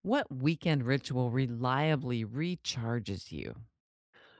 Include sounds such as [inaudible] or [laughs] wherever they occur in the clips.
What weekend ritual reliably recharges you?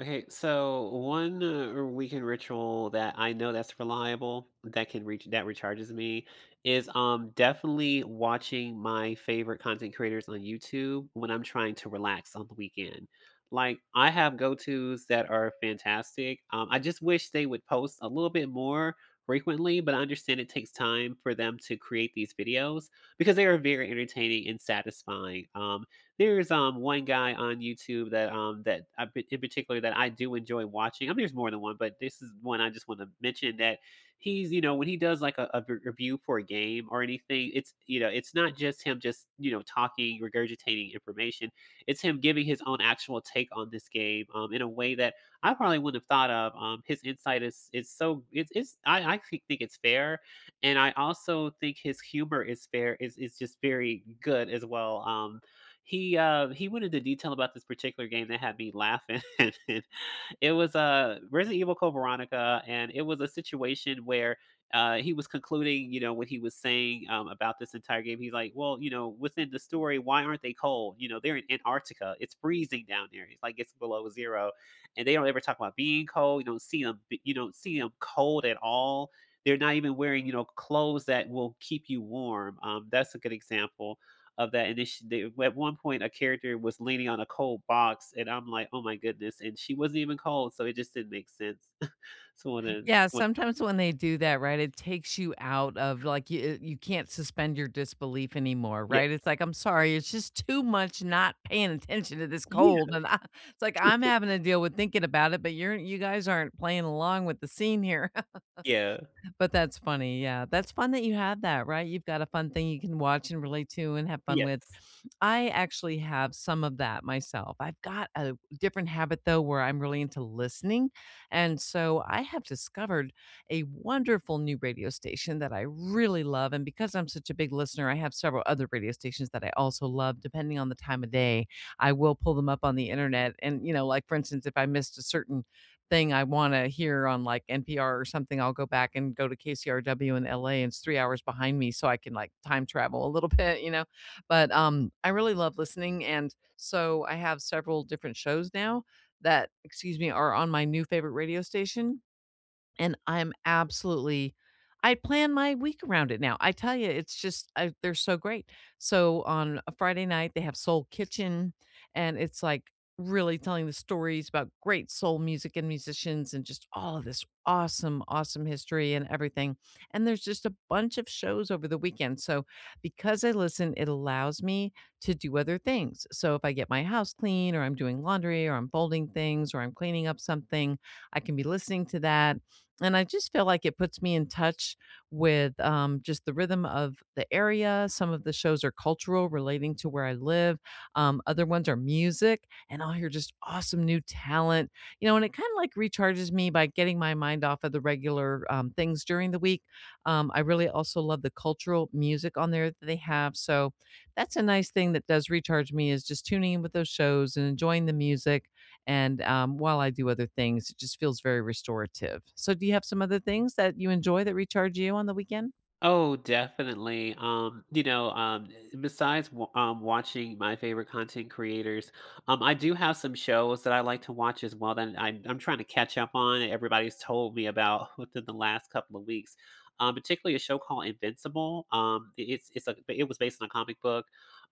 Okay, so one weekend ritual that I know that's reliable that can reach that recharges me is definitely watching my favorite content creators on YouTube when I'm trying to relax on the weekend. Like I have go-tos that are fantastic. I just wish they would post a little bit more frequently, but I understand it takes time for them to create these videos because they are very entertaining and satisfying. One guy on YouTube that I in particular that I do enjoy watching. I mean, there's more than one, but this is one I just wanna mention that when he does, like, a re review for a game or anything, it's not just him just, talking, regurgitating information. It's him giving his own actual take on this game, in a way that I probably wouldn't have thought of. His insight is so it's I think it's fair, and I also think his humor is fair is just very good as well. He went into detail about this particular game that had me laughing. [laughs] And it was, Resident Evil Code Veronica, and it was a situation where, he was concluding, you know, what he was saying, about this entire game. He's like, "Well, you know, within the story, why aren't they cold? You know, they're in Antarctica. It's freezing down there. It's like it's below 0, and they don't ever talk about being cold. You don't see them. You don't see them cold at all. They're not even wearing, you know, clothes that will keep you warm." That's a good example of that initiative. At one point, a character was leaning on a cold box, and I'm like, "Oh my goodness!" And she wasn't even cold, so it just didn't make sense. [laughs] So when, uh, Yeah, when sometimes when they do that, right, it takes you out of like you can't suspend your disbelief anymore, yeah, right? It's like, I'm sorry, it's just too much not paying attention to this cold. yeah, And I, it's like I'm having [laughs] to deal with thinking about it, but you guys aren't playing along with the scene here. [laughs] yeah, But that's funny. Yeah. That's fun that you have that, right? You've got a fun thing you can watch and relate to and have fun with. yes. I actually have some of that myself. I've got a different habit though where I'm really into listening. And so I have discovered a wonderful new radio station that I really love. And because I'm such a big listener, I have several other radio stations that I also love, depending on the time of day. I will pull them up on the internet. And, you know, like for instance, if I missed a certain thing I want to hear on like NPR or something, I'll go back and go to KCRW in LA and it's 3 hours behind me so I can like time travel a little [laughs] bit, you know? But, I really love listening, and so I have several different shows now that excuse me, are on my new favorite radio station, and I'm absolutely I plan my week around it now. I tell you, it's just I they're so great. So on a Friday night, they have Soul Kitchen, and it's like really telling the stories about great soul music and musicians and just all of this awesome, awesome history and everything. And there's just a bunch of shows over the weekend. So because I listen, it allows me to do other things. So if I get my house clean or I'm doing laundry or I'm folding things or I'm cleaning up something, I can be listening to that and I just feel like it puts me in touch with just the rhythm of the area. Some of the shows are cultural, relating to where I live. Other ones are music, and I'll hear just awesome new talent. And it kind of like recharges me by getting my mind off of the regular things during the week. I really also love the cultural music on there that they have. So that's a nice thing that does recharge me is just tuning in with those shows and enjoying the music and while I do other things, it just feels very restorative. So, do you have some other things that you enjoy that recharge you on the weekend? Oh, definitely. Besides watching my favorite content creators, I do have some shows that I like to watch as well that I'm trying to catch up on. And Everybody's told me about [laughs] within the last couple of weeks. Particularly a show called Invincible. Um, it was based on a comic book,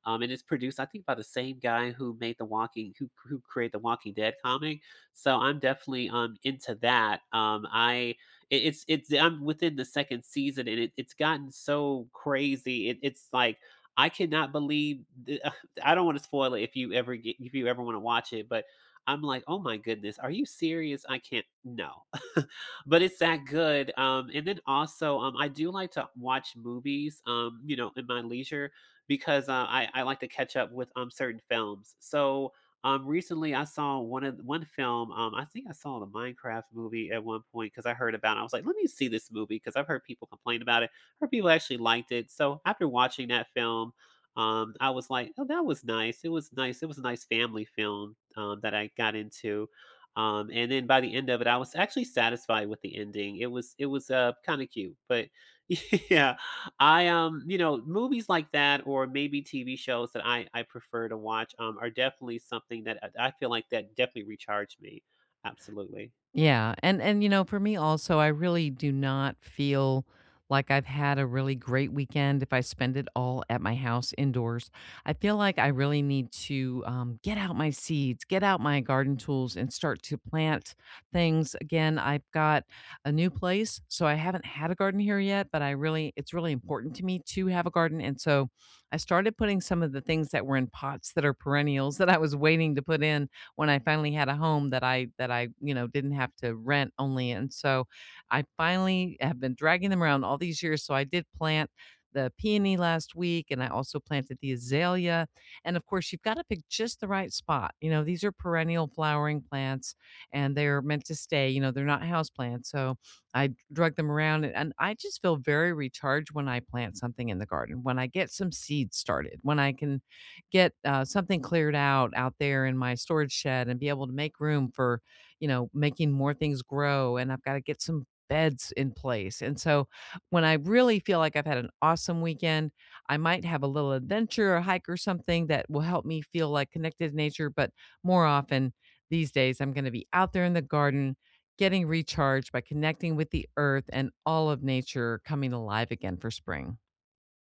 and it's produced I think by the same guy who made the Walking who created the Walking Dead comic. So I'm definitely into that. I it, it's I'm within the second season, and it's gotten so crazy. It's like I cannot believe. [laughs] I don't want to spoil it if you ever want to watch it, but I'm like, oh my goodness, are you serious? I can't. No, [laughs] but it's that good. And then also, I do like to watch movies. You know, in my leisure because I like to catch up with certain films. So recently I saw one film. Um, I think I saw the Minecraft movie at one point because I heard about it. I was like, "Let me see this movie because 'cause I've heard people complain about it. Heard people actually liked it." So, after watching that film, I was like, "Oh, that was nice. It was nice. It was a nice family film, that I got into." And then by the end of it, I was actually satisfied with the ending. It was kinda cute, but [laughs] yeah, I, you know, movies like that or maybe TV shows that I prefer to watch, are definitely something that I feel like that definitely recharge me. Absolutely. Yeah, and you know, for me also, I really do not feel like I've had a really great weekend if I spend it all at my house indoors. I feel like I really need to, get out my seeds, get out my garden tools, and start to plant things again. I've got a new place, so I haven't had a garden here yet, but I really it's really important to me to have a garden, and so I started putting some of the things that were in pots that are perennials [laughs] that I was waiting to put in when I finally had a home that I, you know, didn't have to rent only in. So I finally have been dragging them around all these years. So I did plant the peony last week and I also planted the azalea. And of course, you've got to pick just the right spot. You know, these are perennial flowering plants and they're meant to stay, you know, they're not house plants. So I drug them around and I just feel very recharged when I plant something in the garden, when I get some seeds started, when I can get, something cleared out out there in my storage shed and be able to make room for, you know, making more things grow, and I've gotta get some beds in place, and so, when I really feel like I've had an awesome weekend, I might have a little adventure or hike or something that will help me feel, like, connected to nature, but more often these days, I'm gonna be out there in the garden getting recharged by connecting with the earth and all of nature coming alive again for spring.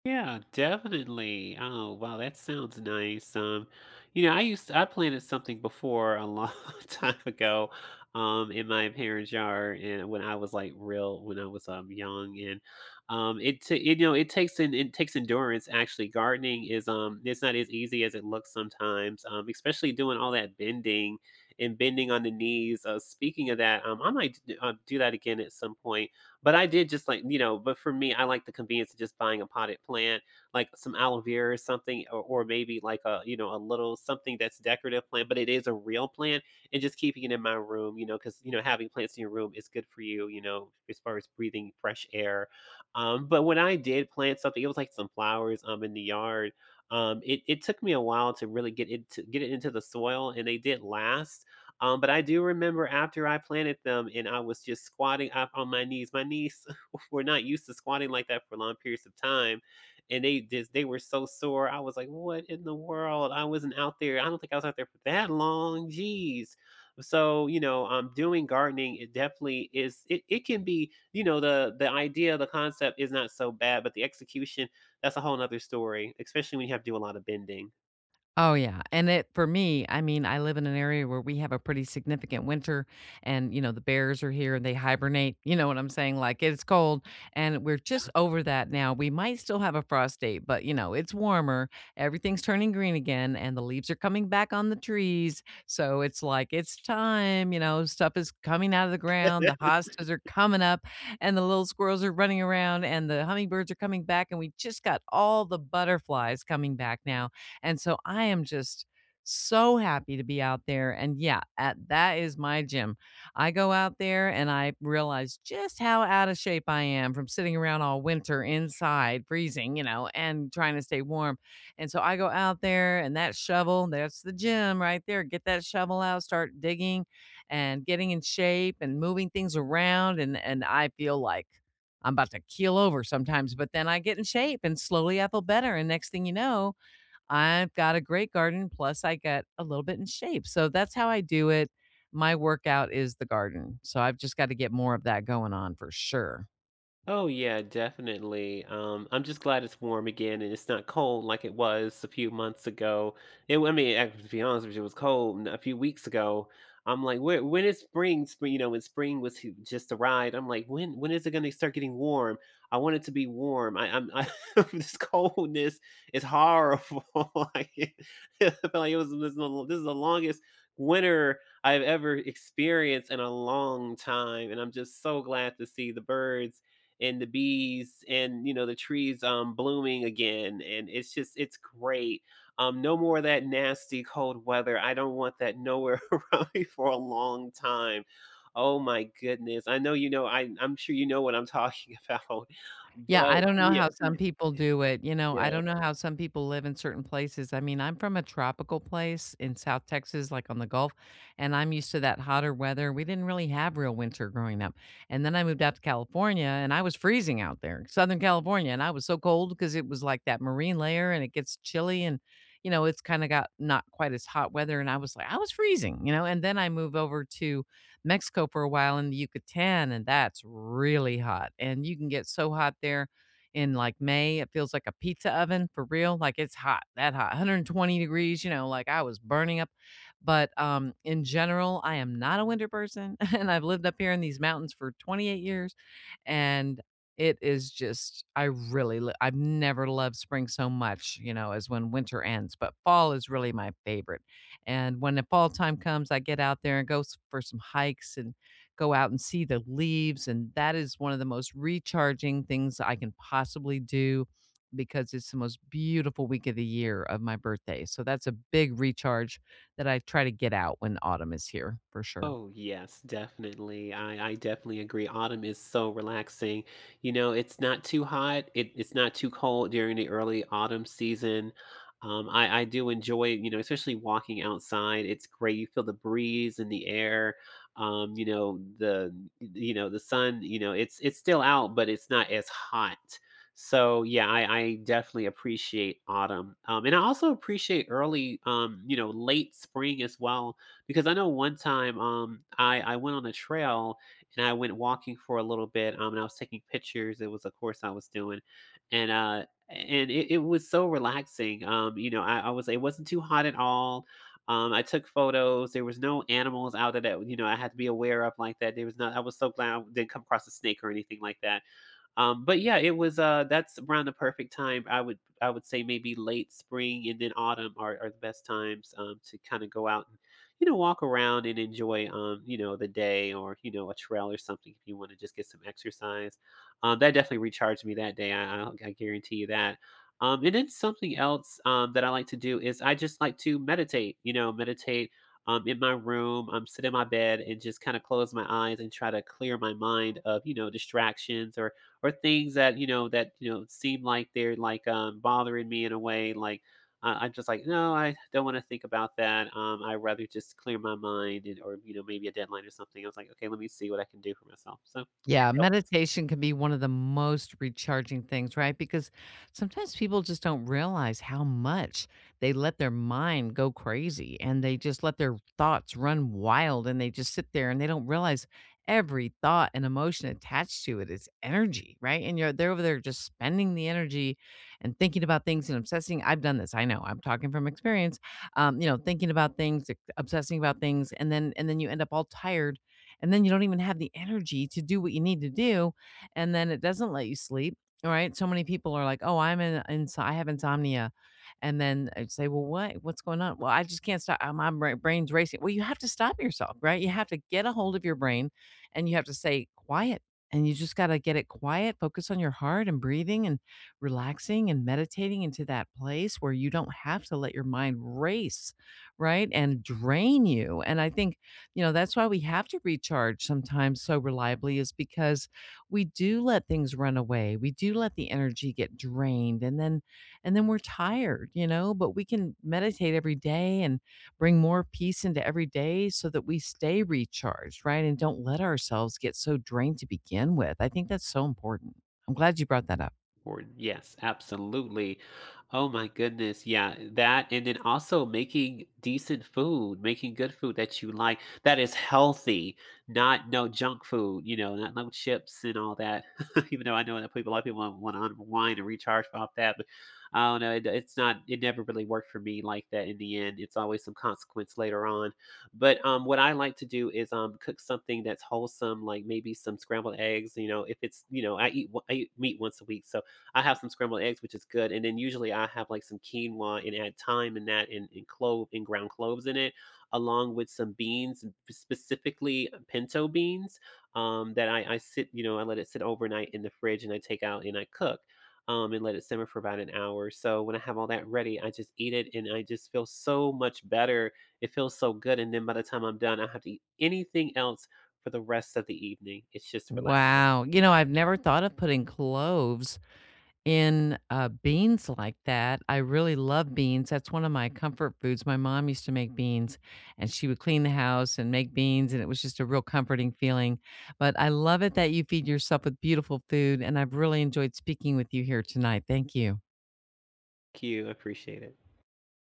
Yeah, definitely. Oh, wow, that sounds nice. You know, I planted something before a long [laughs] time ago, in my parents' yard, and when I was like real, when I was young, and you know, it takes endurance. Actually, gardening is it's not as easy as it looks sometimes. Especially doing all that bending and bending on the knees. Speaking of that, I might do that again at some point, but I did just like, you know. But for me, I like the convenience of just buying a potted plant, like some aloe vera or something, or maybe like you know, a little something that's decorative plant, but it is a real plant and just keeping it in my room, you know, because, you know, having plants in your room is good for you, you know, as far as breathing fresh air. But when I did plant something, it was like some flowers in the yard. Um, it took me a while to really get it into the soil and they did last but I do remember after I planted them, and I was just squatting up on my knees. My knees [laughs] were not used to squatting like that for long periods of time. And they were so sore. I was like, what in the world? I wasn't out there. I don't think I was out there for that long. Jeez. So, you know, doing gardening, it definitely is it can be, you know, the idea, the concept is not so bad, but the execution, that's a whole nother story, especially when you have to do a lot of bending. Oh, yeah, and it for me, I mean, I live in an area where we have a pretty significant winter and, you know, the bears are here and they hibernate, you know what I'm saying? Like, it's cold, and we're just over that now. We might still have a frost date, but, you know, it's warmer, everything's turning green again, and the leaves are coming back on the trees, so it's like, it's time, you know, stuff is coming out of the ground, the hostas are coming up, and the little squirrels are running around, and the hummingbirds are coming back, and we just got all the butterflies coming back now and so I am just so happy to be out there. And yeah, at, that is my gym. I go out there and I realize just how out of shape I am from sitting around all winter inside, freezing, you know, and trying to stay warm. And so I go out there and that shovel, that's the gym right there. Get that shovel out, start digging and getting in shape and moving things around. And I feel like I'm about to keel over sometimes, but then I get in shape and slowly I feel better. And next thing you know, I've got a great garden, plus I get a little bit in shape. So that's how I do it. My workout is the garden. So I've just got to get more of that going on for sure. Oh yeah, definitely. I'm just glad it's warm again and it's not cold like it was a few months ago. I mean, to be honest with you, it was cold a few weeks ago. I'm like, when is spring? Spring, you know, when spring was h- just a ride. I'm like, when is it going to start getting warm? I want it to be warm. [laughs] This coldness is horrible. [laughs] like, it, I felt like it was this is the longest winter I've ever experienced in a long time, and I'm just so glad to see the birds and the bees and you know the trees blooming again and it's just it's great. No more of that nasty cold weather. I don't want that nowhere [laughs] around me for a long time. Oh my goodness, I know. I'm sure you know what I'm talking [laughs] about, Yeah, but I don't know yeah. how some people do it, you know, I Yeah, don't know how some people live in certain places, I mean, I'm from a tropical place in South Texas, like, on the Gulf, and I'm used to that hotter weather, we didn't really have real winter growing up, and then I moved out to California, and I was freezing out there, Southern California, and I was so cold because it was, like, that marine layer, and it gets chilly, and, you know, it's kinda got not quite as hot weather, and I was like I was freezing, you know, and then I move over to Mexico for a while in the Yucatan, and that's really hot. And you can get so hot there in like May, it feels like a pizza oven for real. Like it's hot, that hot, 120 degrees, you know, like I was burning up. But in general, I am not a winter person, [laughs] and I've lived up here in these mountains for 28 years, and it is just I really lo- I've never loved spring so much, you know, as when winter ends. But fall is really my favorite. And when the fall time comes, I get out there and go s- for some hikes and go out and see the leaves. And that is one of the most recharging things I can possibly do because it's the most beautiful week of the year of my birthday. So that's a big recharge that I try to get out when autumn is here for sure. oh, yes, definitely. I definitely agree. Autumn is so relaxing. You know, it's not too hot. It's not too cold during the early autumn season. Um, I do enjoy, you know, especially walking outside. It's great. You feel the breeze in the air. You know, the sun, you know, it's still out, but it's not as hot. So yeah, I definitely appreciate autumn. And I also appreciate early, you know, late spring as well because I know one time, um, I went on a trail and I went walking for a little bit, and I was taking pictures. It was a course I was doing, and it was so relaxing. You know, I was it wasn't too hot at all. I took photos. There was no animals out of that. You know, I had to be aware of like that. There was not. I was so glad I didn't come across a snake or anything like that. But yeah, it was that's around the perfect time. I would say maybe late spring and then autumn are the best times to kind of go out and you know walk around and enjoy you know the day or you know a trail or something if you want to just get some exercise. That definitely recharged me that day. I guarantee you that. And then something else that I like to do is I just like to meditate. You know, meditate in my room, sit in my bed and just kind of close my eyes and try to clear my mind of, you know, distractions or things that you know seem like they're like bothering me in a way like I'm just like, no, I don't want to think about that. Um, I rather just clear my mind, and, or you know maybe a deadline or something. I was like, okay, let me see what I can do for myself. So Yeah, meditation can be one of the most recharging things, right? Because sometimes people just don't realize how much they let their mind go crazy and they just let their thoughts run wild and they just sit there and they don't realize every thought and emotion attached to it is energy, right? And you're they're over there just spending the energy and thinking about things and obsessing. I've done this. I know. I'm talking from experience. You know, thinking about things, obsessing about things, and then you end up all tired and then you don't even have the energy to do what you need to do. And then it doesn't let you sleep. All right. So many people are like, oh, I have insomnia. And then I say, well, what's going on? Well, I just can't stop. Brain's racing. Well, you have to stop yourself, right? You have to get a hold of your brain and you have to say quiet. And you just got to get it quiet, focus on your heart and breathing and relaxing and meditating into that place where you don't have to let your mind race, right? And drain you. And I think you know, that's why we have to recharge sometimes so reliably is because we do let things run away. We do let the energy get drained and then we're tired, you know, but we can meditate every day and bring more peace into every day so that we stay recharged, right? And don't let ourselves get so drained to begin with. I think that's so important. I'm glad you brought that up. or yes, absolutely. Oh my goodness, yeah, that and then also making decent food, making good food that you like, that is healthy, not no junk food, you know, not no chips and all that. [laughs] Even though I know that a lot of people want to unwind and recharge off that, but I don't know, it's not, it never really worked for me like that. In the end, it's always some consequence later on. But what I like to do is cook something that's wholesome, like maybe some scrambled eggs. You know, if it's you know, I eat meat once a week, so I have some scrambled eggs, which is good. And then usually I have like some quinoa and add thyme and clove and ground cloves in it, along with some beans, specifically pinto beans. Um, I sit, you know, I let it sit overnight in the fridge and I take out and I cook. And let it simmer for about an hour. So when I have all that ready, I just eat it and I just feel so much better. It feels so good. And then by the time I'm done, I don't have to eat anything else for the rest of the evening. It's just relaxing. Wow. You know, I've never thought of putting cloves in, beans like that. I really love beans. That's one of my comfort foods. My mom used to make beans, and she would clean the house and make beans, and it was just a real comforting feeling. But I love it that you feed yourself with beautiful food, and I've really enjoyed speaking with you here tonight. Thank you. Thank you. I appreciate it.